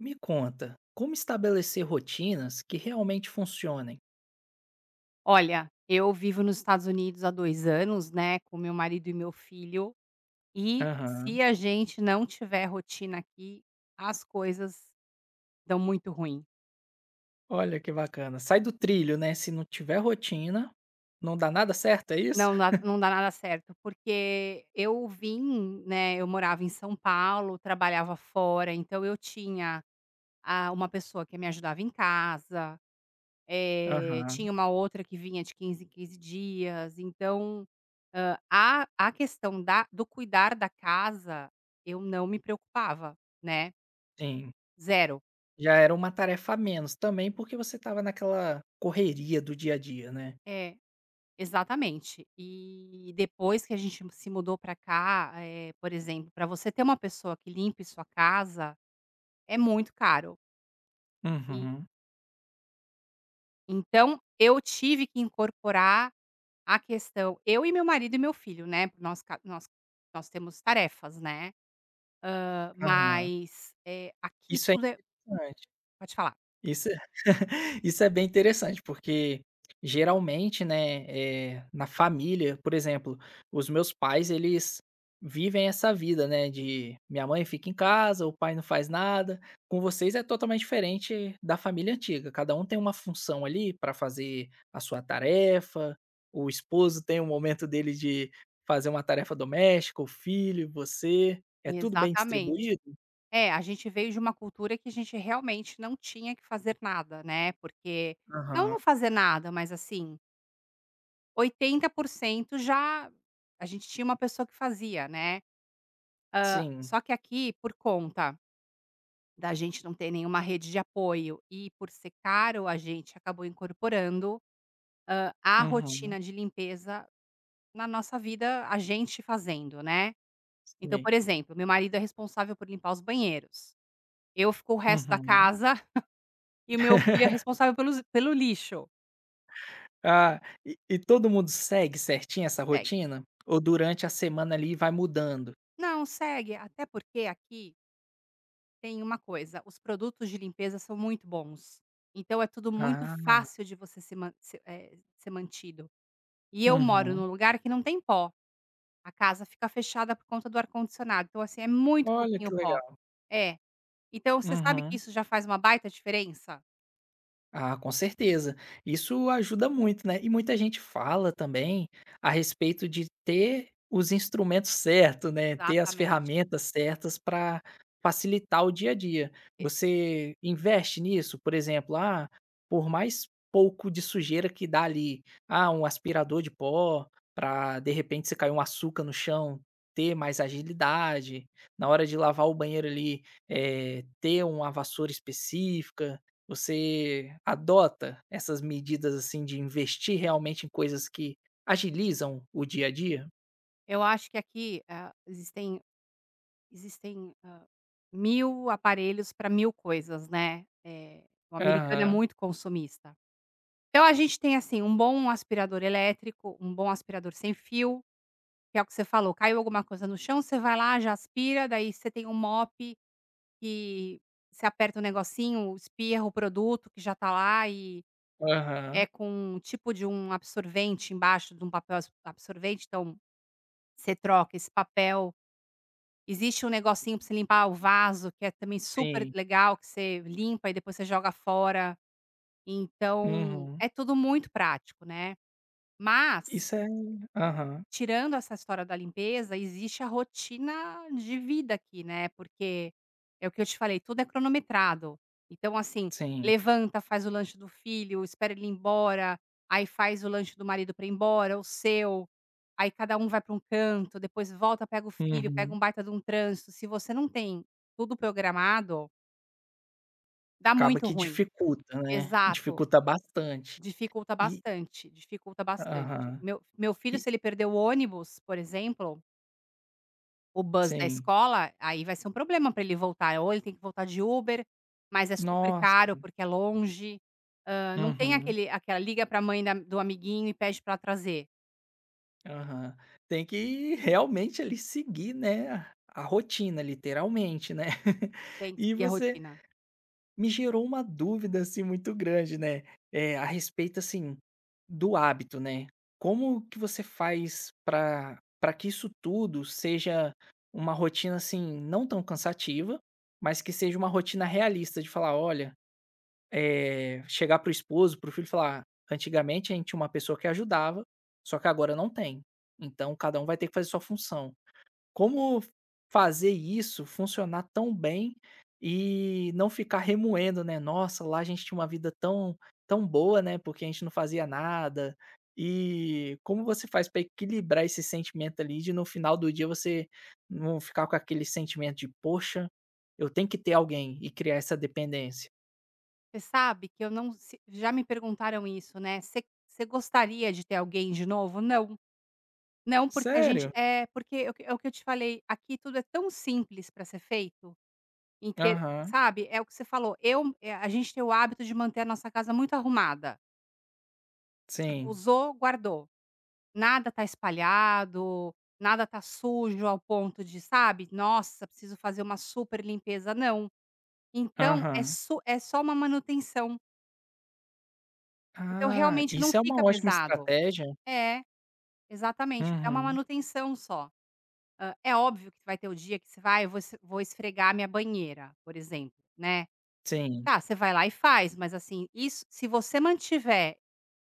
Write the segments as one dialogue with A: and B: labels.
A: Me conta, como estabelecer rotinas que realmente funcionem?
B: Olha, eu vivo nos Estados Unidos há 2 anos, né, com meu marido e meu filho, e
A: Aham.
B: se a gente não tiver rotina aqui, as coisas dão muito ruim.
A: Olha que bacana. Sai do trilho, né, se não tiver rotina, não dá nada certo, é isso?
B: Não dá nada certo, porque eu vim, né, eu morava em São Paulo, trabalhava fora, então eu tinha, uma pessoa que me ajudava em casa.
A: Aham,
B: Tinha uma outra que vinha de 15 em 15 dias, então, a questão da do cuidar da casa, eu não me preocupava, né,
A: sim.
B: zero.
A: Já era uma tarefa a menos também, porque você estava naquela correria do dia a dia, né.
B: É. Exatamente. E depois que a gente se mudou pra cá, por exemplo, pra você ter uma pessoa que limpe sua casa, é muito caro. E
A: Uhum.
B: então, eu tive que incorporar a questão, eu e meu marido e meu filho, né, nós ca nós nós temos tarefas, né.
A: Aham.
B: Mas, aqui
A: Isso é
B: tudo é
A: interessante.
B: pode falar.
A: Isso Isso é bem interessante, porque geralmente, né, na família, por exemplo, os meus pais eles vivem essa vida, né, de minha mãe fica em casa, o pai não faz nada. Com vocês é totalmente diferente da família antiga. Cada um tem uma função ali para fazer a sua tarefa. O esposo tem o momento dele de fazer uma tarefa doméstica, o filho, você. É tudo bem
B: Exatamente.
A: distribuído?
B: É, a gente veio de uma cultura que a gente realmente não tinha que fazer nada, né, porque não
A: Aham.
B: não fazer nada, mas assim, 80% já a gente tinha uma pessoa que fazia, né.
A: Sim.
B: Só que aqui, por conta da gente não ter nenhuma rede de apoio e por ser caro, a gente acabou incorporando, a
A: Uhum.
B: rotina de limpeza na nossa vida, a gente fazendo, né. Então,
A: Sim.
B: por exemplo, meu marido é responsável por limpar os banheiros, eu fico o resto da
A: Uhum.
B: casa e o meu filho é responsável pelo lixo.
A: Ah, e todo mundo segue certinho essa
B: Segue.
A: rotina? Ou durante a semana ali vai mudando?
B: Não, segue, até porque aqui tem uma coisa, os produtos de limpeza são muito bons, então é tudo muito
A: Ah,
B: fácil de você ser mantido. E eu moro
A: uhum.
B: num lugar que não tem pó, a casa fica fechada por conta do ar-condicionado, então, assim, é muito
A: Olha
B: pouquinho
A: que
B: pó.
A: legal.
B: É, então você sabe que
A: Uhum.
B: isso já faz uma baita diferença?
A: Ah, com certeza. Isso ajuda muito, né. E muita gente fala também a respeito de ter os instrumentos certos, né, ter as
B: Exatamente.
A: ferramentas certas para facilitar o dia a dia. Você investe nisso? Por exemplo, ah, por mais pouco de sujeira que dá ali, ah, um aspirador de pó para, de repente, se cair um açúcar no chão, ter mais agilidade. Na hora de lavar o banheiro ali, ter uma vassoura específica. Você adota essas medidas, assim, de investir realmente em coisas que agilizam o dia a dia?
B: Eu acho que aqui, existem, hã, 1000 aparelhos para 1000 coisas, né, o americano é
A: Aham,
B: muito consumista. Então a gente tem, assim, um bom aspirador elétrico, um bom aspirador sem fio, que é o que você falou, caiu alguma coisa no chão, você vai lá, já aspira, daí você tem um mop que você aperta um negocinho, espirra o produto que já tá lá e
A: aham,
B: é com um tipo de um absorvente embaixo de um papel absorvente, então você troca esse papel. Existe um negocinho pra você limpar o vaso, que é também super
A: sim,
B: legal, que você limpa e depois você joga fora. Então,
A: uhum.
B: é tudo muito prático, né. Mas
A: Isso é aham,
B: Tirando essa história da limpeza, existe a rotina de vida aqui, né, porque é o que eu te falei, tudo é cronometrado. Então, assim,
A: sim,
B: levanta, faz o lanche do filho, espera ele ir embora, aí faz o lanche do marido para ir embora, o seu, aí cada um vai para um canto, depois volta, pega o filho, pega
A: uhum.
B: um baita de um trânsito. Se você não tem tudo programado, dá
A: Acaba
B: muito
A: que
B: ruim.
A: dificulta, né,
B: Exato,
A: dificulta bastante.
B: dificulta
A: E
B: bastante, dificulta bastante.
A: aham,
B: Meu filho,
A: e
B: se ele perder o ônibus, por exemplo. O bus da
A: sim.
B: escola, aí vai ser um problema para ele voltar, ou ele tem que voltar de Uber, mas é super
A: Nossa,
B: caro porque é longe, não tem
A: uhum,
B: aquele aquela liga pra mãe da do amiguinho e pede para trazer,
A: aham. Tem que realmente ali seguir, né, a rotina, literalmente, né.
B: tem que
A: E
B: seguir a
A: você
B: rotina.
A: Me gerou uma dúvida, assim, muito grande, né, a respeito, assim, do hábito, né. Como que você faz para que isso tudo seja uma rotina, assim, não tão cansativa, mas que seja uma rotina realista de falar: "Olha", chegar pro esposo, pro filho e falar: "Ah, Antigamente a gente tinha uma pessoa que ajudava, só que agora não tem. Então cada um vai ter que fazer sua função". Como fazer isso funcionar tão bem e não ficar remoendo, né, "Nossa, lá a gente tinha uma vida tão boa, né, porque a gente não fazia nada". E como você faz para equilibrar esse sentimento ali de no final do dia você não ficar com aquele sentimento de: "Poxa, eu tenho que ter alguém", e criar essa dependência?
B: Você sabe que eu não se já me perguntaram isso, né, "Você gostaria de ter alguém de novo?" Não, não, porque a gente
A: Sério?
B: é, porque é o que eu te falei, aqui tudo é tão simples para ser feito, em ter,
A: Aham.
B: sabe, é o que você falou, eu, a gente tem o hábito de manter a nossa casa muito arrumada. Tipo,
A: Sim.
B: usou, guardou. Nada tá espalhado, nada tá sujo ao ponto de, sabe, "Nossa, preciso fazer uma super limpeza", não. Então é
A: Aham.
B: su é só uma manutenção. Então
A: Ah,
B: realmente não
A: isso é uma
B: fica
A: ótima
B: pesado.
A: estratégia.
B: É, exatamente, é uma
A: Uhum.
B: manutenção só. É óbvio que vai ter o dia que você vai: "Ah, eu vou es vou esfregar minha banheira", por exemplo, né.
A: Sim.
B: Tá, você vai lá e faz, mas assim, isso se você mantiver.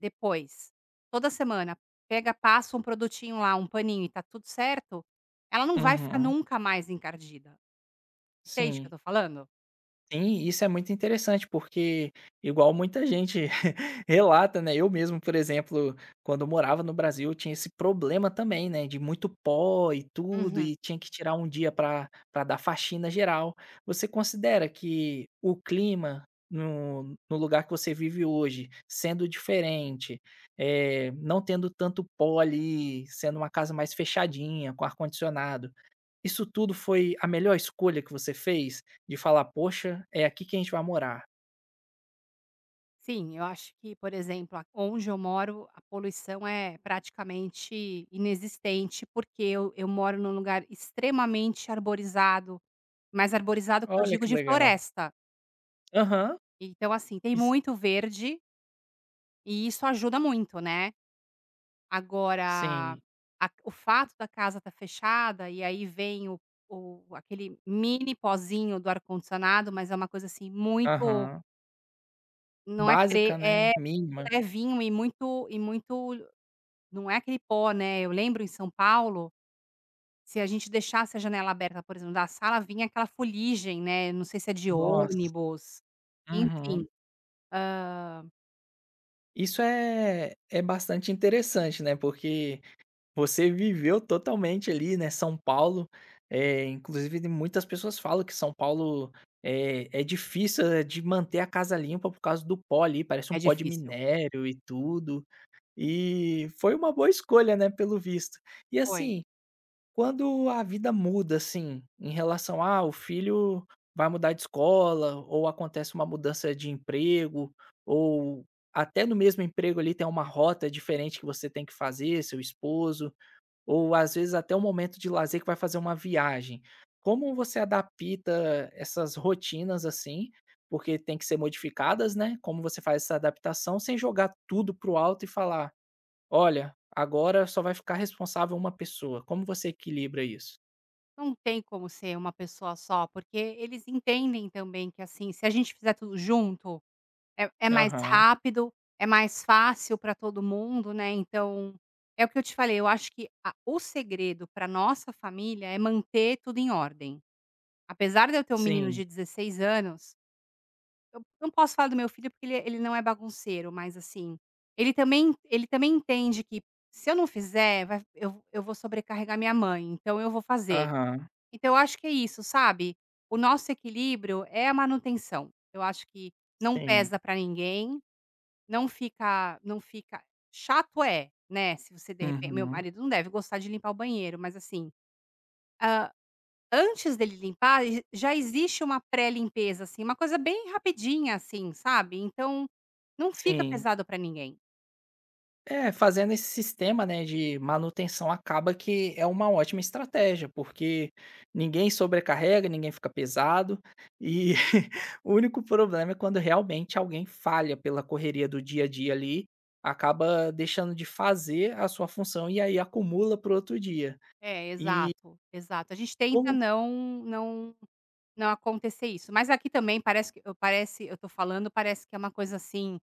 B: Depois, toda semana, pega, passa um produtinho lá, um paninho e tá tudo certo, ela não vai ficar
A: Uhum.
B: nunca mais encardida. Entende o que eu
A: Sim.
B: tô falando?
A: Sim, isso é muito interessante, porque igual muita gente relata, né, eu mesmo, por exemplo, quando eu morava no Brasil, eu tinha esse problema também, né, de muito pó e tudo,
B: Uhum.
A: e tinha que tirar um dia para pra dar faxina geral. Você considera que o clima no lugar que você vive hoje, sendo diferente, não tendo tanto pó ali, sendo uma casa mais fechadinha, com ar-condicionado, isso tudo foi a melhor escolha que você fez? De falar: "Poxa, é aqui que a gente vai morar".
B: Sim, eu acho que, por exemplo, a onde eu moro, a poluição é praticamente inexistente, porque eu moro num lugar extremamente arborizado, mais arborizado que eu
A: Olha
B: digo,
A: que
B: de
A: legal.
B: floresta.
A: Aham.
B: Então, assim, tem
A: Is
B: muito verde e isso ajuda muito, né. Agora,
A: Sim.
B: a o fato da casa estar fechada, e aí vem o aquele mini pozinho do ar-condicionado, mas é uma coisa, assim, muito
A: Aham.
B: não é pre
A: Básica, né,
B: é
A: mínima.
B: levinho e muito não é aquele pó, né. Eu lembro em São Paulo, se a gente deixasse a janela aberta, por exemplo, da sala, vinha aquela fuligem, né, não sei se é de
A: Nossa.
B: ônibus, enfim,
A: Uhum.
B: hã,
A: Isso é bastante interessante, né, porque você viveu totalmente ali, né, São Paulo, é, inclusive muitas pessoas falam que São Paulo é difícil, de manter a casa limpa por causa do pó ali, parece um
B: é
A: pó de
B: difícil.
A: minério e tudo. E foi uma boa escolha, né, pelo visto. E
B: Foi.
A: assim, quando a vida muda, assim, em relação a ah, o filho vai mudar de escola, ou acontece uma mudança de emprego, ou até no mesmo emprego ali tem uma rota diferente que você tem que fazer, seu esposo, ou às vezes até um momento de lazer que vai fazer uma viagem. Como você adapta essas rotinas, assim, porque tem que ser modificadas, né, como você faz essa adaptação sem jogar tudo pro alto e falar: "Olha, agora só vai ficar responsável uma pessoa, como você equilibra isso?"
B: Não tem como ser uma pessoa só, porque eles entendem também que, assim, se a gente fizer tudo junto, é mais
A: Aham,
B: rápido, é mais fácil para todo mundo, né, então, é o que eu te falei, eu acho que a o segredo para nossa família é manter tudo em ordem. Apesar de eu ter um menino
A: sim,
B: de 16 anos, não posso falar do meu filho porque ele não é bagunceiro, mas, assim, ele também, entende que se eu não fizer, vai eu vou sobrecarregar minha mãe, então eu vou fazer.
A: aham,
B: Então eu acho que é isso, sabe. O nosso equilíbrio é a manutenção. Eu acho que não
A: sim,
B: pesa pra ninguém, não fica chato, é, né, se você de repente, meu
A: uhum,
B: marido não deve gostar de limpar o banheiro, mas assim, antes dele limpar, e já existe uma pré-limpeza, assim, uma coisa bem rapidinha, assim, sabe. Então, não fica
A: sim.
B: pesado pra ninguém.
A: É, fazendo esse sistema, né, de manutenção acaba que é uma ótima estratégia, porque ninguém sobrecarrega, ninguém fica pesado, e o único problema é quando realmente alguém falha pela correria do dia a dia ali, acaba deixando de fazer a sua função e aí acumula para outro dia.
B: É,
A: E
B: exato, exato. A gente tenta
A: como
B: não não acontecer isso. Mas aqui também parece que eu tô falando, parece que é uma coisa, assim,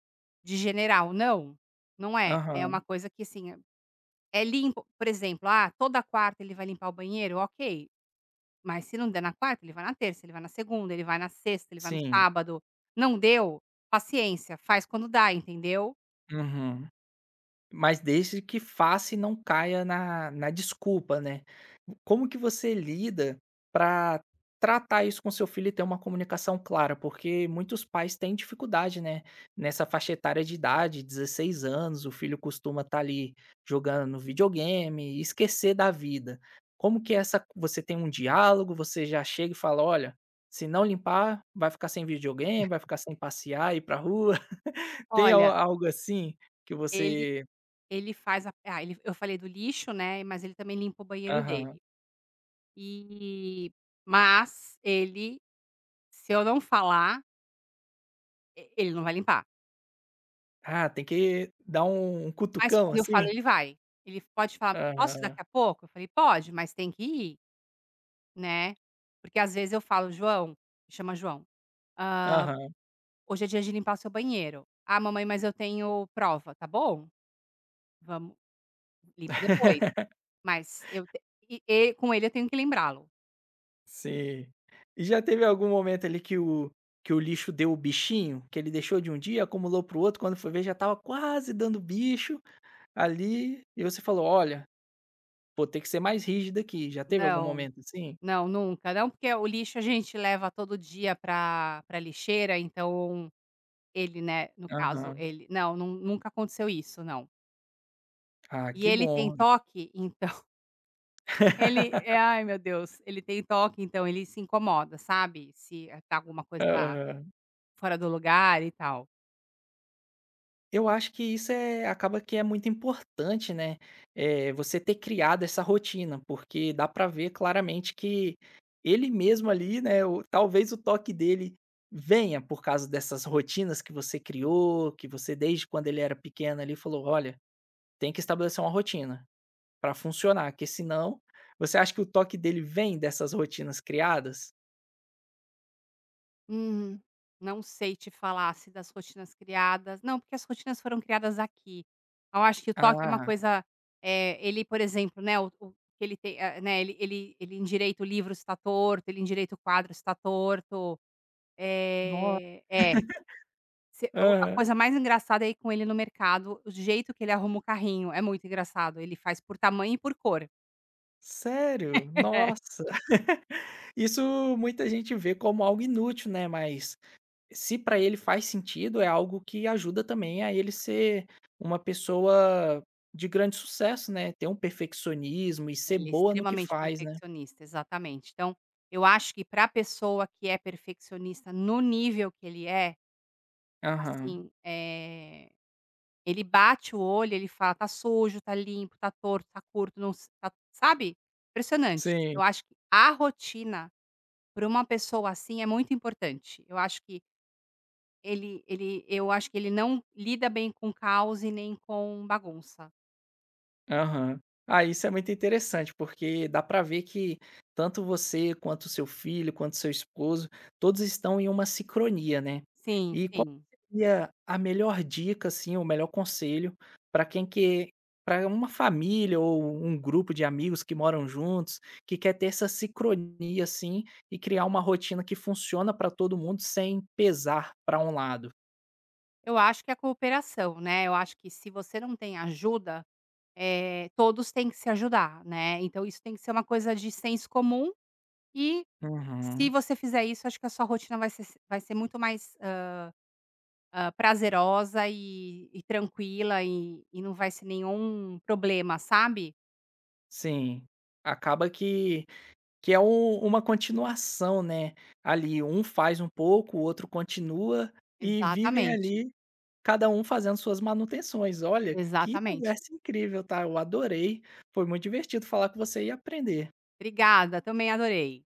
B: de general. Não, não é. É uma
A: Aham.
B: coisa que, assim, é limpo, por exemplo, ah, toda quarta ele vai limpar o banheiro, ok. Mas se não der na quarta, ele vai na terça, ele vai na segunda, ele vai na sexta, ele vai no
A: Sim,
B: sábado. Não deu? Paciência, faz quando dá, entendeu?
A: uhum. Mas desde que faça e não caia na desculpa, né. Como que você lida para tratar isso com seu filho e ter uma comunicação clara? Porque muitos pais têm dificuldade, né, nessa faixa etária de idade, 16 anos, o filho costuma estar ali jogando videogame esquecer da vida. Como que é essa Você tem um diálogo, você já chega e fala: "Olha, se não limpar, vai ficar sem videogame, vai ficar sem passear, ir pra rua". Tem al
B: Olha,
A: algo assim que
B: ele
A: você
B: ele faz a, ah, ele eu falei do lixo, né, mas ele também limpa o banheiro dele.
A: aham.
B: E mas ele, se eu não falar, E ele não vai limpar.
A: Ah, tem que dar um
B: Mas
A: cutucão,
B: quando eu falo,
A: assim?
B: ele vai. Ele pode falar: "Posso ir
A: Aham,
B: daqui a pouco?" Eu falei: "Pode, mas tem que ir", né. Porque às vezes eu falo: "João", me chama João, "hã,
A: aham,
B: hoje é dia de limpar o seu banheiro". "Ah, mamãe, mas eu tenho prova". "Tá bom, vamos, limpa depois". Mas eu te e com ele eu tenho que lembrá-lo.
A: sim. E já teve algum momento ali que o lixo deu o bichinho? Que ele deixou de um dia, acumulou para o outro, quando foi ver já estava quase dando bicho ali, e você falou: "Olha, vou ter que ser mais rígido aqui". Já teve algum
B: Não,
A: momento assim?
B: não, nunca. Não, porque o lixo a gente leva todo dia pra lixeira, então ele, né, no caso,
A: Aham.
B: ele não, nunca aconteceu isso, não.
A: Ah,
B: E
A: que
B: ele tem
A: bom.
B: toque, então ele é ai meu Deus, ele tem toque, então ele se incomoda, sabe, se, tá alguma coisa
A: Aham.
B: fora do lugar e tal.
A: Eu acho que acaba que é muito importante, né, você ter criado essa rotina, porque dá para ver claramente que ele mesmo ali, né, o talvez o toque dele venha por causa dessas rotinas que você criou, que você desde quando ele era pequeno ali falou: "Olha, tem que estabelecer uma rotina para funcionar, que senão". Você acha que o toque dele vem dessas rotinas criadas?
B: Uhum. Não sei te falar se das rotinas criadas, não, porque as rotinas foram criadas aqui. Eu acho que o toque é uma
A: Ah,
B: coisa, eh, ele, por exemplo, né, o que ele tem, eh, né, ele endireita o livro se tá torto, ele endireita o quadro se tá torto.
A: no
B: Eh, é. Se o A coisa mais engraçada é ir com ele no mercado, o jeito que ele arruma o carrinho, é muito engraçado, ele faz por tamanho e por cor.
A: sério?
B: É.
A: Nossa! Isso muita gente vê como algo inútil, né, mas se para ele faz sentido, é algo que ajuda também a ele ser uma pessoa de grande sucesso, né, ter um perfeccionismo e ser
B: Ele é
A: boa no que
B: extremamente
A: faz, né.
B: perfeccionista, exatamente. Então, eu acho que pra pessoa que é perfeccionista no nível que ele é,
A: Aham.
B: assim, eh, ele bate o olho, ele fala: "Tá sujo, tá limpo, tá torto, tá curto, não s tá", sabe, impressionante.
A: Sim.
B: Eu acho que a rotina para uma pessoa assim é muito importante. Eu acho que Ele ele eu acho que ele não lida bem com caos e nem com bagunça.
A: Aham. Ah, isso é muito interessante, porque dá para ver que tanto você, quanto seu filho, quanto seu esposo, todos estão em uma sincronia, né.
B: Sim,
A: E qual
B: sim.
A: seria a melhor dica, assim, o melhor conselho para quem que para uma família ou um grupo de amigos que moram juntos, que quer ter essa sincronia, assim, e criar uma rotina que funciona para todo mundo sem pesar para um lado?
B: Eu acho que é cooperação, né, eu acho que se você não tem ajuda, eh, todos têm que se ajudar, né, então isso tem que ser uma coisa de senso comum e se
A: Uhum.
B: você fizer isso, acho que a sua rotina vai ser muito mais, prazerosa e tranquila e não vai ser nenhum problema, sabe.
A: Sim. Acaba que é uma continuação, né, ali, um faz um pouco, o outro continua e vivem
B: Exatamente,
A: ali, cada um fazendo suas manutenções. Olha, que
B: exatamente.
A: conversa incrível, tá? Eu adorei, foi muito divertido falar com você e aprender.
B: Obrigada, também adorei.